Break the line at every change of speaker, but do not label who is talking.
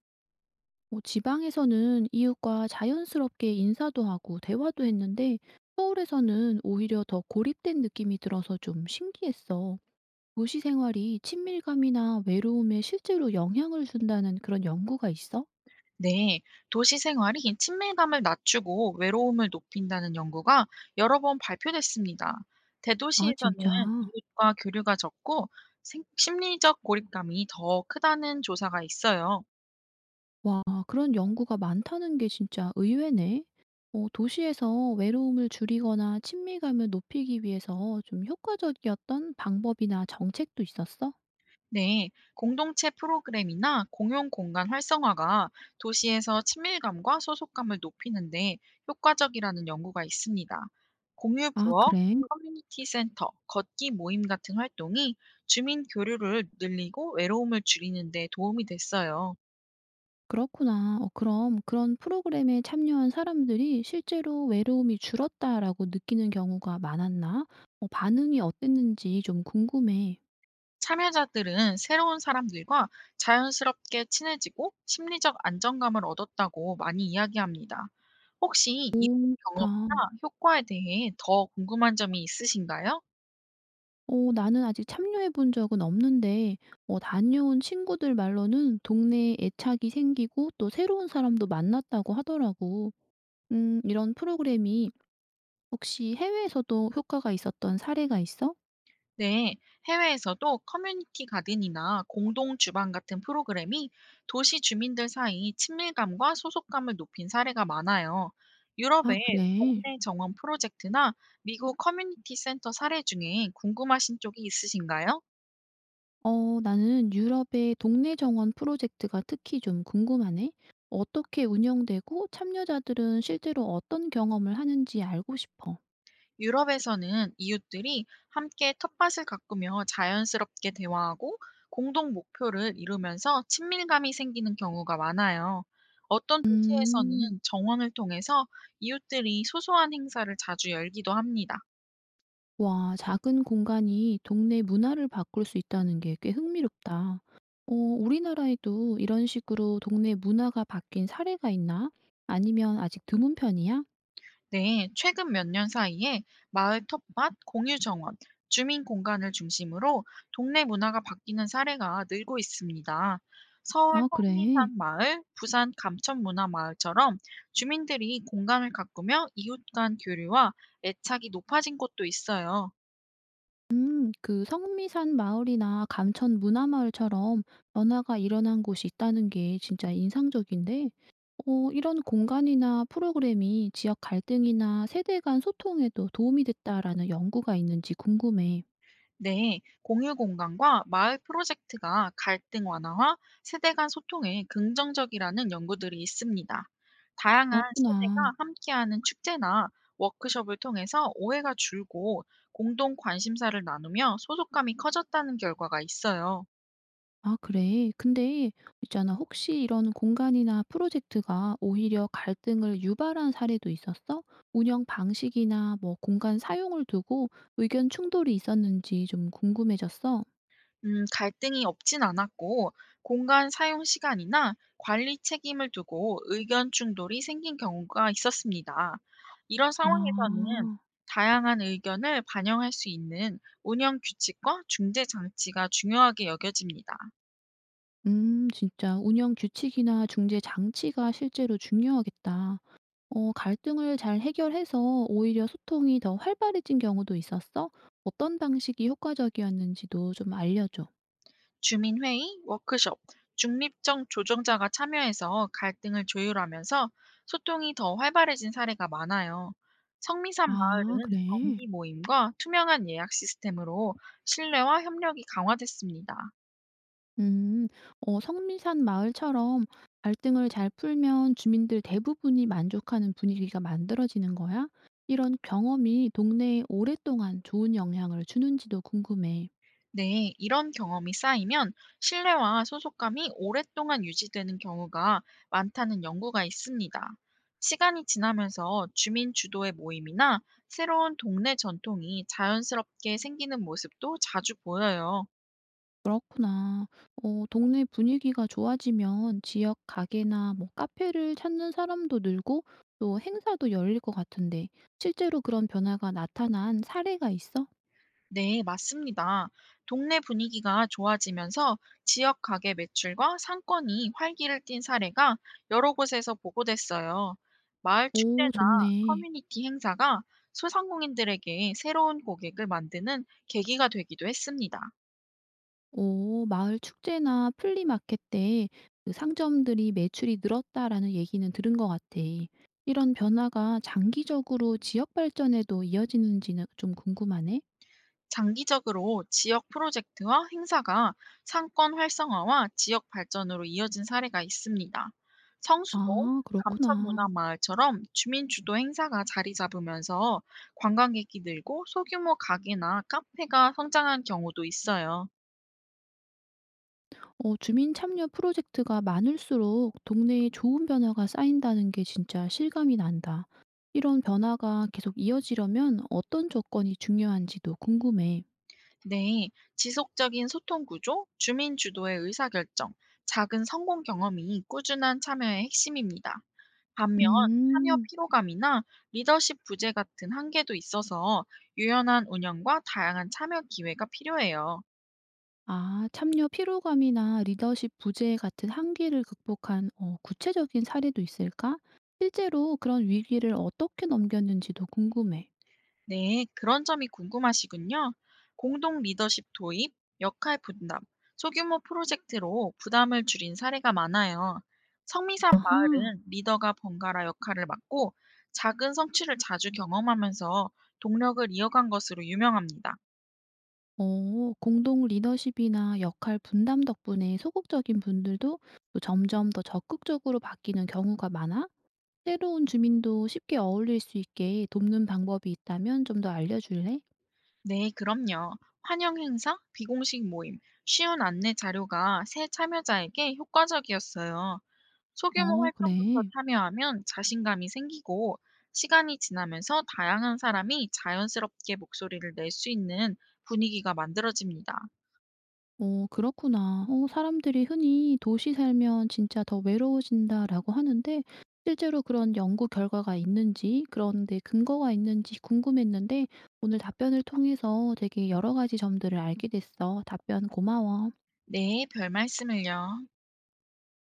뭐 지방에서는 이웃과 자연스럽게 인사도 하고 대화도 했는데 서울에서는 오히려 더 고립된 느낌이 들어서 좀 신기했어. 도시 생활이 친밀감이나 외로움에 실제로 영향을 준다는 그런 연구가 있어?
네, 도시 생활이 친밀감을 낮추고 외로움을 높인다는 연구가 여러 번 발표됐습니다.
아,
대도시에서는
진짜.
이웃과 교류가 적고 심리적 고립감이 더 크다는 조사가 있어요.
와, 그런 연구가 많다는 게 진짜 의외네. 어, 도시에서 외로움을 줄이거나 친밀감을 높이기 위해서 좀 효과적이었던 방법이나 정책도 있었어?
네, 공동체 프로그램이나 공용 공간 활성화가 도시에서 친밀감과 소속감을 높이는데 효과적이라는 연구가 있습니다. 공유
아,
부엌,
그래.
커뮤니티 센터, 걷기 모임 같은 활동이 주민 교류를 늘리고 외로움을 줄이는 데 도움이 됐어요.
그렇구나. 어 그럼 그런 프로그램에 참여한 사람들이 실제로 외로움이 줄었다라고 느끼는 경우가 많았나? 어 반응이 어땠는지 좀 궁금해.
참여자들은 새로운 사람들과 자연스럽게 친해지고 심리적 안정감을 얻었다고 많이 이야기합니다. 혹시 이
오 좋다.
경험이나 효과에 대해 더 궁금한 점이 있으신가요?
어 나는 아직 참여해 본 적은 없는데 어 다녀온 친구들 말로는 동네에 애착이 생기고 또 새로운 사람도 만났다고 하더라고. 이런 프로그램이 혹시 해외에서도 효과가 있었던 사례가 있어?
네, 해외에서도 커뮤니티 가든이나 공동 주방 같은 프로그램이 도시 주민들 사이 친밀감과 소속감을 높인 사례가 많아요.
아
유럽의
그래.
동네 정원 프로젝트나 미국 커뮤니티 센터 사례 중에 궁금하신 쪽이 있으신가요?
어, 나는 유럽의 동네 정원 프로젝트가 특히 좀 궁금하네. 어떻게 운영되고 참여자들은 실제로 어떤 경험을 하는지 알고 싶어.
유럽에서는 이웃들이 함께 텃밭을 가꾸며 자연스럽게 대화하고 공동 목표를 이루면서 친밀감이 생기는 경우가 많아요. 어떤
음,
도시에서는 정원을 통해서 이웃들이 소소한 행사를 자주 열기도 합니다.
와, 작은 공간이 동네 문화를 바꿀 수 있다는 게 꽤 흥미롭다. 어, 우리나라에도 이런 식으로 동네 문화가 바뀐 사례가 있나? 아니면 아직 드문 편이야?
네, 최근 몇 년 사이에 마을 텃밭, 공유 정원, 주민 공간을 중심으로 동네 문화가 바뀌는 사례가 늘고 있습니다. 서울
아, 그래.
성미산 마을, 부산 감천 문화 마을처럼 주민들이 공간을 가꾸며 이웃 간 교류와 애착이 높아진 곳도 있어요.
그 성미산 마을이나 감천 문화마을처럼 변화가 일어난 곳이 있다는 게 진짜 인상적인데, 어, 이런 공간이나 프로그램이 지역 갈등이나 세대 간 소통에도 도움이 됐다라는 연구가 있는지 궁금해.
네, 공유 공간과 마을 프로젝트가 갈등 완화와 세대 간 소통에 긍정적이라는 연구들이 있습니다. 다양한 세대가
그렇구나.
함께하는 축제나 워크숍을 통해서 오해가 줄고 공동 관심사를 나누며 소속감이 커졌다는 결과가 있어요.
아, 그래. 근데 있잖아, 혹시 이런 공간이나 프로젝트가 오히려 갈등을 유발한 사례도 있었어? 운영 방식이나 뭐 공간 사용을 두고 의견 충돌이 있었는지 좀 궁금해졌어.
갈등이 없진 않았고, 공간 사용 시간이나 관리 책임을 두고 의견 충돌이 생긴 경우가 있었습니다. 이런 상황에서는
아.
다양한 의견을 반영할 수 있는 운영 규칙과 중재 장치가 중요하게 여겨집니다.
진짜 운영 규칙이나 중재 장치가 실제로 중요하겠다. 어 갈등을 잘 해결해서 오히려 소통이 더 활발해진 경우도 있었어? 어떤 방식이 효과적이었는지도 좀 알려줘.
주민회의, 워크숍, 중립적 조정자가 참여해서 갈등을 조율하면서 소통이 더 활발해진 사례가 많아요. 성미산
아
마을은
그래.
정기 모임과 투명한 예약 시스템으로 신뢰와 협력이 강화됐습니다.
음. 어 성미산 마을처럼 갈등을 잘 풀면 주민들 대부분이 만족하는 분위기가 만들어지는 거야? 이런 경험이 동네에 오랫동안 좋은 영향을 주는지도 궁금해.
네, 이런 경험이 쌓이면 신뢰와 소속감이 오랫동안 유지되는 경우가 많다는 연구가 있습니다. 시간이 지나면서 주민 주도의 모임이나 새로운 동네 전통이 자연스럽게 생기는 모습도 자주 보여요.
그렇구나. 어 동네 분위기가 좋아지면 지역 가게나 뭐 카페를 찾는 사람도 늘고 또 행사도 열릴 것 같은데 실제로 그런 변화가 나타난 사례가 있어?
네, 맞습니다. 동네 분위기가 좋아지면서 지역 가게 매출과 상권이 활기를 띈 사례가 여러 곳에서 보고됐어요. 마을 축제나
오, 좋네.
커뮤니티 행사가 소상공인들에게 새로운 고객을 만드는 계기가 되기도 했습니다.
오, 마을 축제나 플리마켓 때그 상점들이 매출이 늘었다라는 얘기는 들은 것 같아. 이런 변화가 장기적으로 지역 발전에도 이어지는지는 좀 궁금하네.
장기적으로 지역 프로젝트와 행사가 상권 활성화와 지역 발전으로 이어진 사례가 있습니다. 성수동,
아, 그렇구나.
감천문화마을처럼 주민 주도 행사가 자리 잡으면서 관광객이 늘고 소규모 가게나 카페가 성장한 경우도 있어요.
어, 주민 참여 프로젝트가 많을수록 동네에 좋은 변화가 쌓인다는 게 진짜 실감이 난다. 이런 변화가 계속 이어지려면 어떤 조건이 중요한지도 궁금해.
네, 지속적인 소통 구조, 주민 주도의 의사결정, 작은 성공 경험이 꾸준한 참여의 핵심입니다. 반면 참여
음,
피로감이나 리더십 부재 같은 한계도 있어서 유연한 운영과 다양한 참여 기회가 필요해요.
아, 참여 피로감이나 리더십 부재 같은 한계를 극복한 어, 구체적인 사례도 있을까? 실제로 그런 위기를 어떻게 넘겼는지도 궁금해.
네, 그런 점이 궁금하시군요. 공동 리더십 도입, 역할 분담, 소규모 프로젝트로 부담을 줄인 사례가 많아요. 성미산
아하.
마을은 리더가 번갈아 역할을 맡고 작은 성취를 자주 경험하면서 동력을 이어간 것으로 유명합니다.
어 공동 리더십이나 역할 분담 덕분에 소극적인 분들도 또 점점 더 적극적으로 바뀌는 경우가 많아? 새로운 주민도 쉽게 어울릴 수 있게 돕는 방법이 있다면 좀 더 알려줄래?
네, 그럼요. 환영 행사, 비공식 모임, 쉬운 안내 자료가 새 참여자에게 효과적이었어요. 소규모
어,
활동부터
그래.
참여하면 자신감이 생기고 시간이 지나면서 다양한 사람이 자연스럽게 목소리를 낼 수 있는 분위기가 만들어집니다.
어, 그렇구나. 어, 사람들이 흔히 도시 살면 진짜 더 외로워진다라고 하는데, 실제로 그런 연구 결과가 있는지, 그런데 근거가 있는지 궁금했는데, 오늘 답변을 통해서 되게 여러 가지 점들을 알게 됐어. 답변 고마워.
네, 별 말씀을요.